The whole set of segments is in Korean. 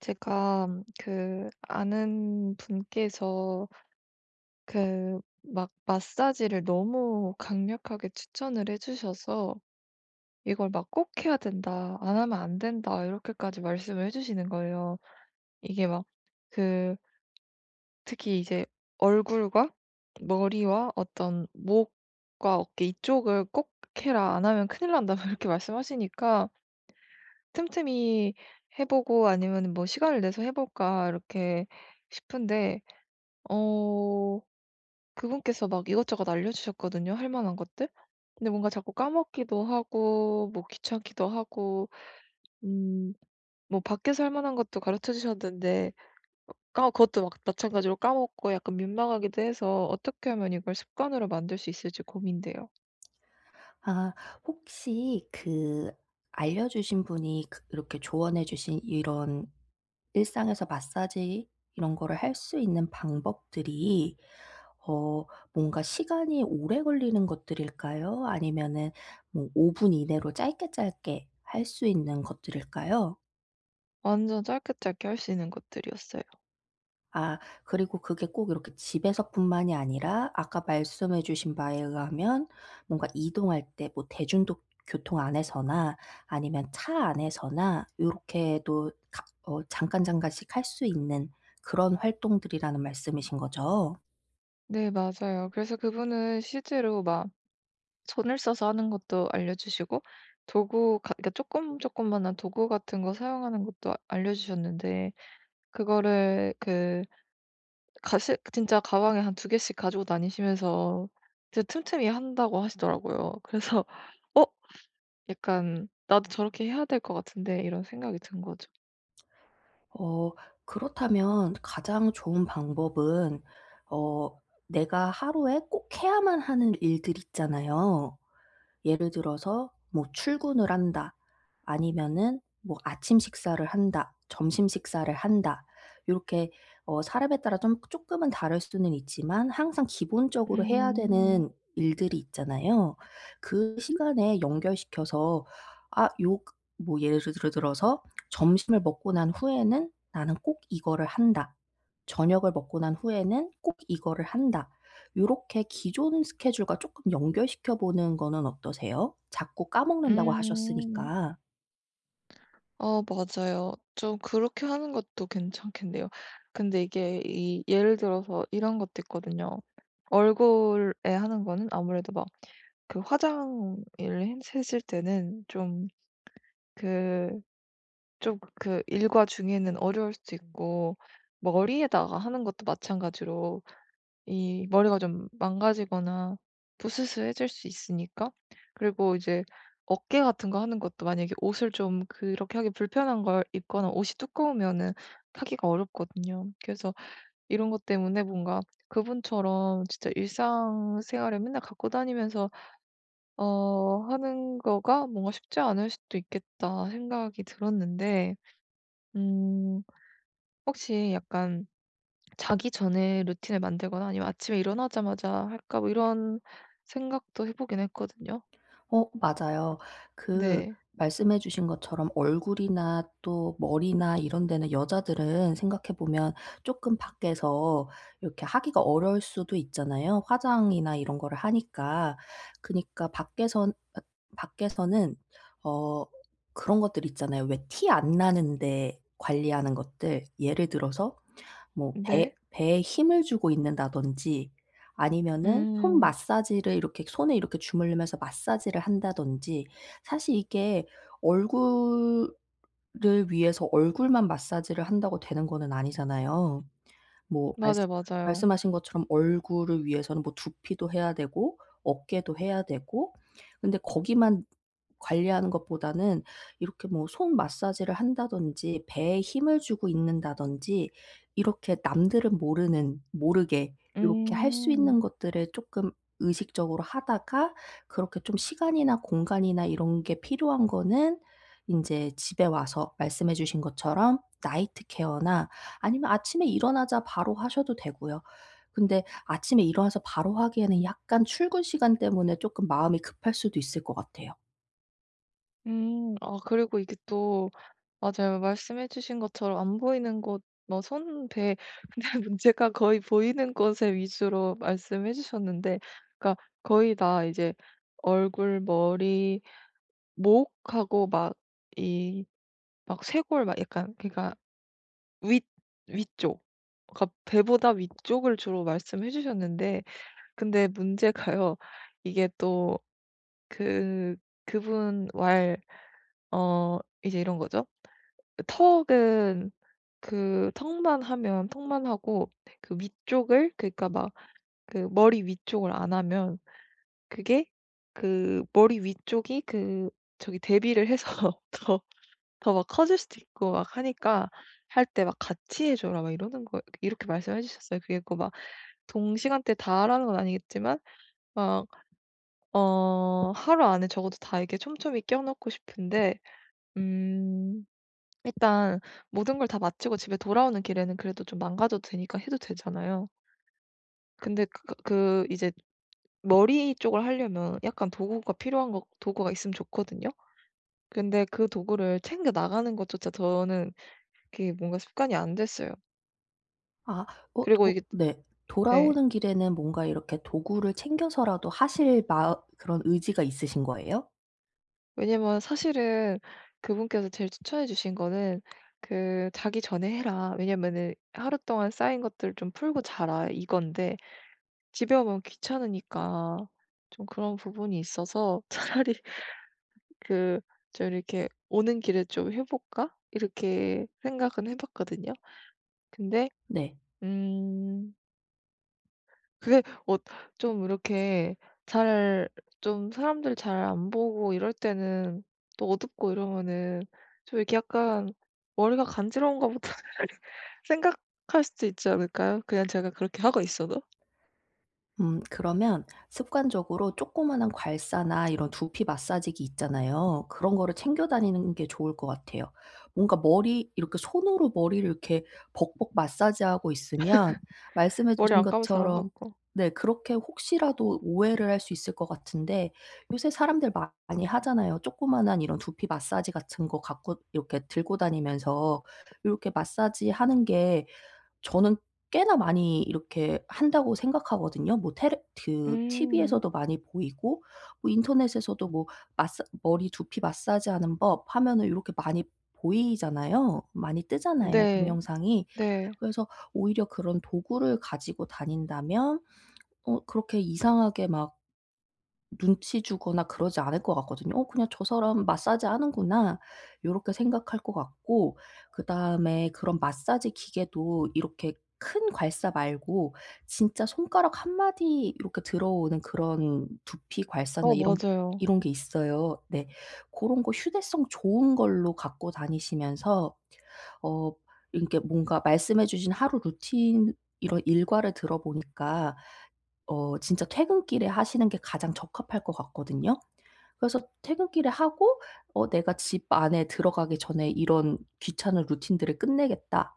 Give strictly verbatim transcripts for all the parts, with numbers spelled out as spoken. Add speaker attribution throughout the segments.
Speaker 1: 제가 그 아는 분께서 그 막 마사지를 너무 강력하게 추천을 해 주셔서 "이걸 막 꼭 해야 된다. 안 하면 안 된다." 이렇게까지 말씀을 해 주시는 거예요. 이게 막 그 특히 이제 얼굴과 머리와 어떤 목과 어깨 이쪽을 "꼭 해라. 안 하면 큰일 난다." 이렇게 말씀하시니까 틈틈이 해 보고 아니면 뭐 '시간을 내서 해 볼까.' 이렇게 싶은데 어 그분께서 막 이것저것 알려주셨거든요, 할 만한 것들. 근데 뭔가 자꾸 까먹기도 하고 뭐 귀찮기도 하고 음 뭐 밖에서 할 만한 것도 가르쳐 주셨는데 까 그것도 막 마찬가지로 까먹고 약간 민망하기도 해서 어떻게 하면 이걸 습관으로 만들 수 있을지 고민돼요.
Speaker 2: 아, 혹시 그 알려주신 분이 그 이렇게 조언해 주신 이런 일상에서 마사지 이런 거를 할 수 있는 방법들이 어 뭔가 시간이 오래 걸리는 것들일까요? 아니면은 뭐 5 분 이내로 짧게 짧게 할 수 있는 것들일까요?
Speaker 1: 완전 짧게 짧게 할 수 있는 것들이었어요.
Speaker 2: 아, 그리고 그게 꼭 이렇게 집에서뿐만이 아니라 아까 말씀해 주신 바에 의하면 뭔가 이동할 때 뭐 대중 교통 안에서나 아니면 차 안에서나 요렇게도 가 어 잠깐 잠깐씩 할 수 있는 그런 활동들이라는 말씀이신 거죠?
Speaker 1: 네, 맞아요. 그래서 그분은 실제로 막 손을 써서 하는 것도 알려주시고 도구 가 그러니까 조금만한 도구 같은 거 사용하는 것도 아- 알려주셨는데 그거를 그 가시 진짜 가방에 한 두 개씩 가지고 다니시면서 진짜 틈틈이 한다고 하시더라고요. 그래서 '어 약간 나도 저렇게 해야 될 것 같은데.' 이런 생각이 든 거죠.
Speaker 2: 어 그렇다면 가장 좋은 방법은, 어 내가 하루에 꼭 해야만 하는 일들 있잖아요. 예를 들어서 뭐 출근을 한다. 아니면은 뭐 아침 식사를 한다. 점심 식사를 한다. 요렇게 어 사람에 따라 좀 쪼끔은 다를 수는 있지만 항상 기본적으로 해야
Speaker 1: 음.
Speaker 2: 되는 일들이 있잖아요. 그 시간에 연결시켜서, 아, 요 그 뭐 예를 들어 들어서 '점심을 먹고 난 후에는 나는 꼭 이거를 한다.', '저녁을 먹고 난 후에는 꼭 이거를 한다.' 요렇게 기존 스케줄과 쪼끔 연결시켜 보는 거는 어떠세요? 자꾸 까먹는다고
Speaker 1: 음.
Speaker 2: 하셨으니까.
Speaker 1: 어, 맞아요. 좀 그렇게 하는 것도 괜찮겠네요. 근데 이게 이 예를 들어서 이런 것도 있거든요. 얼굴에 하는 거는 아무래도 막 그 화장을 했 했을 때는 좀 그 좀 그 일과 중에는 어려울 수도 있고 머리에다가 하는 것도 마찬가지로 이 머리가 좀 망가지거나 부스스해질 수 있으니까. 그리고 이제 어깨 같은 거 하는 것도 만약에 옷을 좀 그렇게 하기 불편한 걸 입거나 옷이 두꺼우면은 하기가 어렵거든요. 그래서 이런 것 때문에 뭔가 그분처럼 진짜 일상생활에 맨날 갖고 다니면서 어 하는 거가 뭔가 쉽지 않을 수도 있겠다 생각이 들었는데 음 혹시 약간 자기 전에 루틴을 만들거나 아니면 아침에 일어나자마자 할까 뭐 이런 생각도 해 보긴 했거든요.
Speaker 2: 어, 맞아요. 그
Speaker 1: 네.
Speaker 2: 말씀해 주신 것처럼 얼굴이나 또 머리나 이런 데는 여자들은 생각해 보면 쪼끔 밖에서 이렇게 하기가 어려울 수도 있잖아요, 화장이나 이런 거를 하니까. 그니까 밖에선 앗 밖에서는 어 그런 것들 있잖아요. 왜 티 안 나는 데 관리하는 것들. 예를 들어서 뭐 배
Speaker 1: 네.
Speaker 2: 배에 힘을 주고 있는다든지, 아니면은 손
Speaker 1: 음.
Speaker 2: 마사지를 이렇게 손에 이렇게 주물르면서 마사지를 한다든지. 사실 이게 얼굴을 위해서 얼굴만 마사지를 한다고 되는 거는 아니잖아요. 뭐
Speaker 1: 맞아요,
Speaker 2: 말씀
Speaker 1: 맞아요.
Speaker 2: 말씀하신 것처럼 얼굴을 위해서는 뭐 두피도 해야 되고 어깨도 해야 되고. 근데 거기만 관리하는 것보다는 이렇게 뭐 손 마사지를 한다든지, 배에 힘을 주고 있는다든지, 이렇게 남들은 모르는 모르게 요렇게 할 수
Speaker 1: 음.
Speaker 2: 있는 것들을 쪼끔 의식적으로 하다가, 그렇게 좀 시간이나 공간이나 이런 게 필요한 거는 인제 집에 와서 말씀해 주신 것처럼 나이트 케어나, 아니면 아침에 일어나자 바로 하셔도 되고요. 근데 아침에 일어나서 바로 하기에는 약간 출근 시간 때문에 쪼끔 마음이 급할 수도 있을 것 같아요.
Speaker 1: 음. 아, 그리고 이게 또 맞아요. 말씀해 주신 것처럼 안 보이는 곳 뭐 손, 배. 근데 문제가 거의 보이는 곳에 위주로 말씀해 주셨는데 그러니까 거의 다 이제 얼굴, 머리, 목하고 막 이 막 쇄골 막 약간 그러니까 윗 위쪽. 그러니까 배보다 위쪽을 주로 말씀해 주셨는데 근데 문제가요. 이게 또 그 그분 왈 어 이제 이런 거죠. 그 턱은 그 턱만 하면 턱만 하고 그 위쪽을 그러니까 막 그 머리 위쪽을 안 하면 그게 그 머리 위쪽이 그 저기 대비를 해서 더 더 막 커질 수도 있고 막 하니까 할 때 막 "같이 해 줘라." 막 이러는 거. 이렇게 말씀해 주셨어요. 그게 꼭 막 동시간대에 다 하라는 건 아니겠지만 막 어 하루 안에 적어도 다 이렇게 촘촘히 끼워 넣고 싶은데 음 일단 모든 걸 다 마치고 집에 돌아오는 길에는 그래도 좀 망가져도 되니까 해도 되잖아요. 근데 그 그 이제 머리 쪽을 하려면 약간 도구가 필요한 거 도구가 있으면 좋거든요. 근데 그 도구를 챙겨 나가는 것조차 저는 그게 뭔가 습관이 안 됐어요.
Speaker 2: 아. 어
Speaker 1: 그리고
Speaker 2: 도
Speaker 1: 이게
Speaker 2: 네.
Speaker 1: 네.
Speaker 2: 돌아오는 길에는 뭔가 이렇게 도구를 챙겨서라도 하실, 마 그런 의지가 있으신 거예요?
Speaker 1: 왜냐면 사실은 그분께서 제일 추천해 주신 거는 그 "자기 전에 해라. 왜냐면은 하루 동안 쌓인 것들을 좀 풀고 자라." 이건데 집에 오면 귀찮으니까 좀 그런 부분이 있어서 차라리 그 좀 이렇게 '오는 길에 좀 해 볼까?' 이렇게 생각은 해 봤거든요. 근데
Speaker 2: 네.
Speaker 1: 음 그게 어 좀 이렇게 잘 좀 사람들 잘 안 보고 이럴 때는 또 어둡고 이러면은 좀 이렇게 약간 '머리가 간지러운가 보다.' 생각할 수도 있지 않을까요? 그냥 제가 그렇게 하고 있어도?
Speaker 2: 음 그러면 습관적으로 조그마한 괄사나 이런 두피 마사지기 있잖아요. 그런 거를 챙겨 다니는 게 좋을 것 같아요. 뭔가 머리 이렇게 손으로 머리를 이렇게 벅벅 마사지하고 있으면, 말씀해
Speaker 1: 머리
Speaker 2: 주신
Speaker 1: 안 감은 사람
Speaker 2: 것처럼
Speaker 1: 같고.
Speaker 2: 네, 그렇게 혹시라도 오해를 할 수 있을 것 같은데, 요새 사람들 마- 많이 하잖아요. 조그마한 이런 두피 마사지 같은 거 갖고 이렇게 들고 다니면서 이렇게 마사지하는 게, 저는 꽤나 많이 이렇게 한다고 생각하거든요. 뭐 테레 그
Speaker 1: 음.
Speaker 2: 티비에서도 많이 보이고, 뭐 인터넷에서도 뭐 마사 머리 두피 마사지하는 법 하면은 요렇게 많이 보이잖아요. 많이 뜨잖아요,
Speaker 1: 네.
Speaker 2: 동영상이.
Speaker 1: 네.
Speaker 2: 그래서 오히려 그런 도구를 가지고 다닌다면, 어 그렇게 이상하게 막 눈치 주거나 그러지 않을 것 같거든요. '어, 그냥 저 사람 마사지 하는구나.' 요렇게 생각할 것 같고. 그다음에 그런 마사지 기계도 이렇게 큰 괄사 말고 진짜 손가락 한 마디 요렇게 들어오는 그런 두피 괄사나
Speaker 1: 어,
Speaker 2: 이런
Speaker 1: 맞아요.
Speaker 2: 이런 게 있어요. 네. 고런 거 휴대성 좋은 걸로 갖고 다니시면서, 어 이렇게 뭔가 말씀해 주신 하루 루틴, 이런 일과를 들어 보니까 어 진짜 퇴근길에 하시는 게 가장 적합할 것 같거든요. 그래서 퇴근길에 하고, 어 '내가 집 안에 들어가기 전에 이런 귀찮은 루틴들을 끝내겠다.'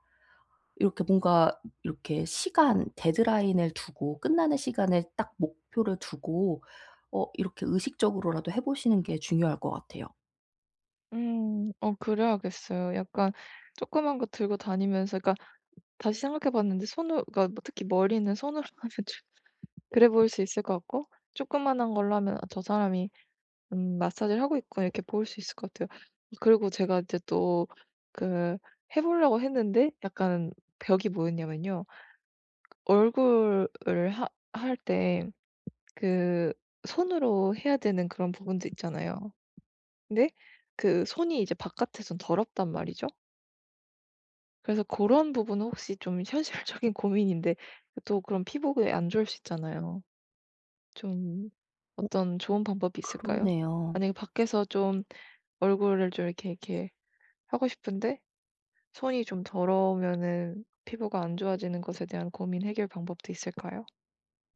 Speaker 2: 이렇게 뭔가 이렇게 시간 데드라인을 두고, 끝나는 시간을 딱 목표를 두고 어 이렇게 의식적으로라도 해 보시는 게 중요할 것 같아요.
Speaker 1: 음. 어, 그래야겠어요. 약간 조그만 거 들고 다니면서 그러니까 다시 생각해 봤는데 손으 그러니까 특히 머리는 손으로 하면 그래 보일 수 있을 것 같고 조그만한 걸로 하면 '아, 저 사람이 음 마사지를 하고 있고' 이렇게 보일 수 있을 것 같아요. 그리고 제가 이제 또 그 해 보려고 했는데 약간 벽이 뭐였냐면요. 얼굴을 하 할 때 그 손으로 해야 되는 그런 부분도 있잖아요. 근데 그 손이 이제 바깥에선 더럽단 말이죠. 그래서 그런 부분은 혹시 좀, 현실적인 고민인데 또 그런 피부에 안 좋을 수 있잖아요. 좀 어떤 좋은 방법이 있을까요?
Speaker 2: 그러네요.
Speaker 1: 만약에 밖에서 좀 얼굴을 좀 이렇게 이렇게 하고 싶은데 손이 좀 더러우면은 피부가 안 좋아지는 것에 대한 고민 해결 방법도 있을까요?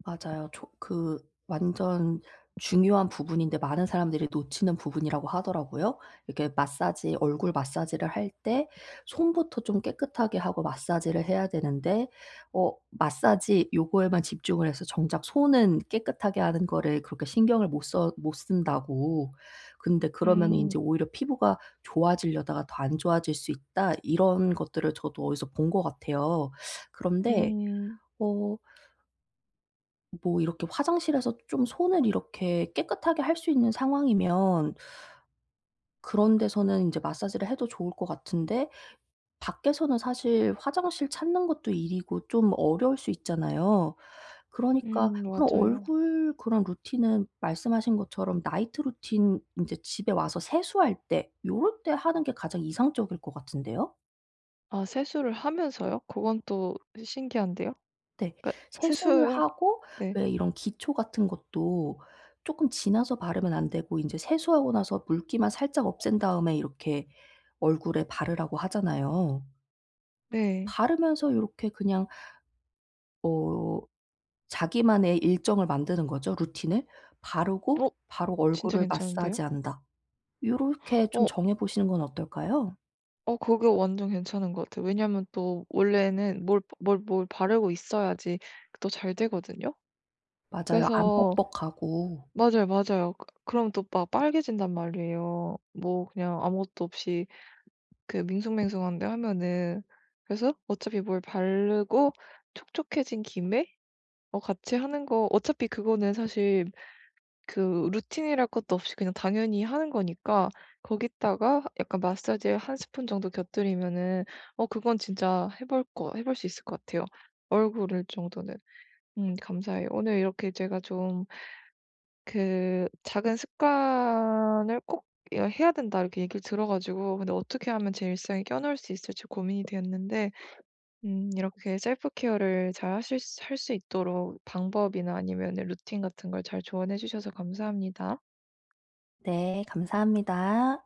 Speaker 2: 맞아요. 조 그 완전 중요한 부분인데 많은 사람들이 놓치는 부분이라고 하더라고요. 이렇게 마사지 얼굴 마사지를 할 때 손부터 좀 깨끗하게 하고 마사지를 해야 되는데, 어 마사지 요거에만 집중을 해서 정작 손은 깨끗하게 하는 거를 그렇게 신경을 못 써 못 쓴다고. 근데 그러면은
Speaker 1: 음,
Speaker 2: 인제 오히려 피부가 좋아지려다가 더 안 좋아질 수 있다, 이런 것들을 저도 어디서 본 것 같아요. 그런데
Speaker 1: 음,
Speaker 2: 어 뭐 이렇게 화장실에서 좀 손을 이렇게 깨끗하게 할 수 있는 상황이면, 그런 데서는 인제 마사지를 해도 좋을 것 같은데, 밖에서는 사실 화장실 찾는 것도 일이고 좀 어려울 수 있잖아요. 그러니까
Speaker 1: 음,
Speaker 2: 그런
Speaker 1: 맞아요.
Speaker 2: 얼굴 그런 루틴은, 말씀하신 것처럼 나이트 루틴, 인제 집에 와서 세수할 때 요럴 때 하는 게 가장 이상적일 것 같은데요?
Speaker 1: 아, 세수를 하면서요? 그건 또 신기한데요.
Speaker 2: 네.
Speaker 1: 그러니까 세
Speaker 2: 세수를
Speaker 1: 수
Speaker 2: 하고
Speaker 1: 네.
Speaker 2: 왜 이런 기초 같은 것도 쪼끔 지나서 바르면 안 되고 인제 세수하고 나서 물기만 살짝 없앤 다음에 이렇게 얼굴에 바르라고 하잖아요.
Speaker 1: 네.
Speaker 2: 바르면서 요렇게 그냥 어 자기만의 일정을 만드는 거죠, 루틴을. 바르고
Speaker 1: 어,
Speaker 2: 바로
Speaker 1: 진짜
Speaker 2: 얼굴을
Speaker 1: 괜찮은데요?
Speaker 2: 마사지한다. 요렇게 좀
Speaker 1: 어,
Speaker 2: 정해 보시는 건 어떨까요?
Speaker 1: 어, 그거 완전 괜찮은 것 같아요. 왜냐면 또 원래는 뭘 뭘 뭘 바르고 있어야지 또 잘 되거든요.
Speaker 2: 맞아요. 안
Speaker 1: 그래서
Speaker 2: 뻑뻑하고.
Speaker 1: 맞아요, 맞아요. 그 그럼 또 막 빨개진단 말이에요. 뭐 그냥 아무것도 없이 그 밍숭맹숭한데 하면은. 그래서 어차피 뭘 바르고 촉촉해진 김에 어 같이 하는 거 어차피 그거는 사실 그 루틴이랄 것도 없이 그냥 당연히 하는 거니까 거기다가 약간 마사지를 한 스푼 정도 곁들이면은 어 그건 진짜 해볼 거 해볼 수 있을 것 같아요. 얼굴을 정도는. 음, 감사해요. 오늘 이렇게 제가 좀 그 "작은 습관을 꼭 야- 해야 된다." 이렇게 얘기를 들어 가지고 근데 어떻게 하면 제 일상에 껴 넣을 수 있을지 고민이 되었는데 음 이렇게 셀프 케어를 잘 하실 수 할수 있도록 방법이나 아니면 루틴 같은 걸 잘 조언해 주셔서 감사합니다.
Speaker 2: 네. 감사합니다.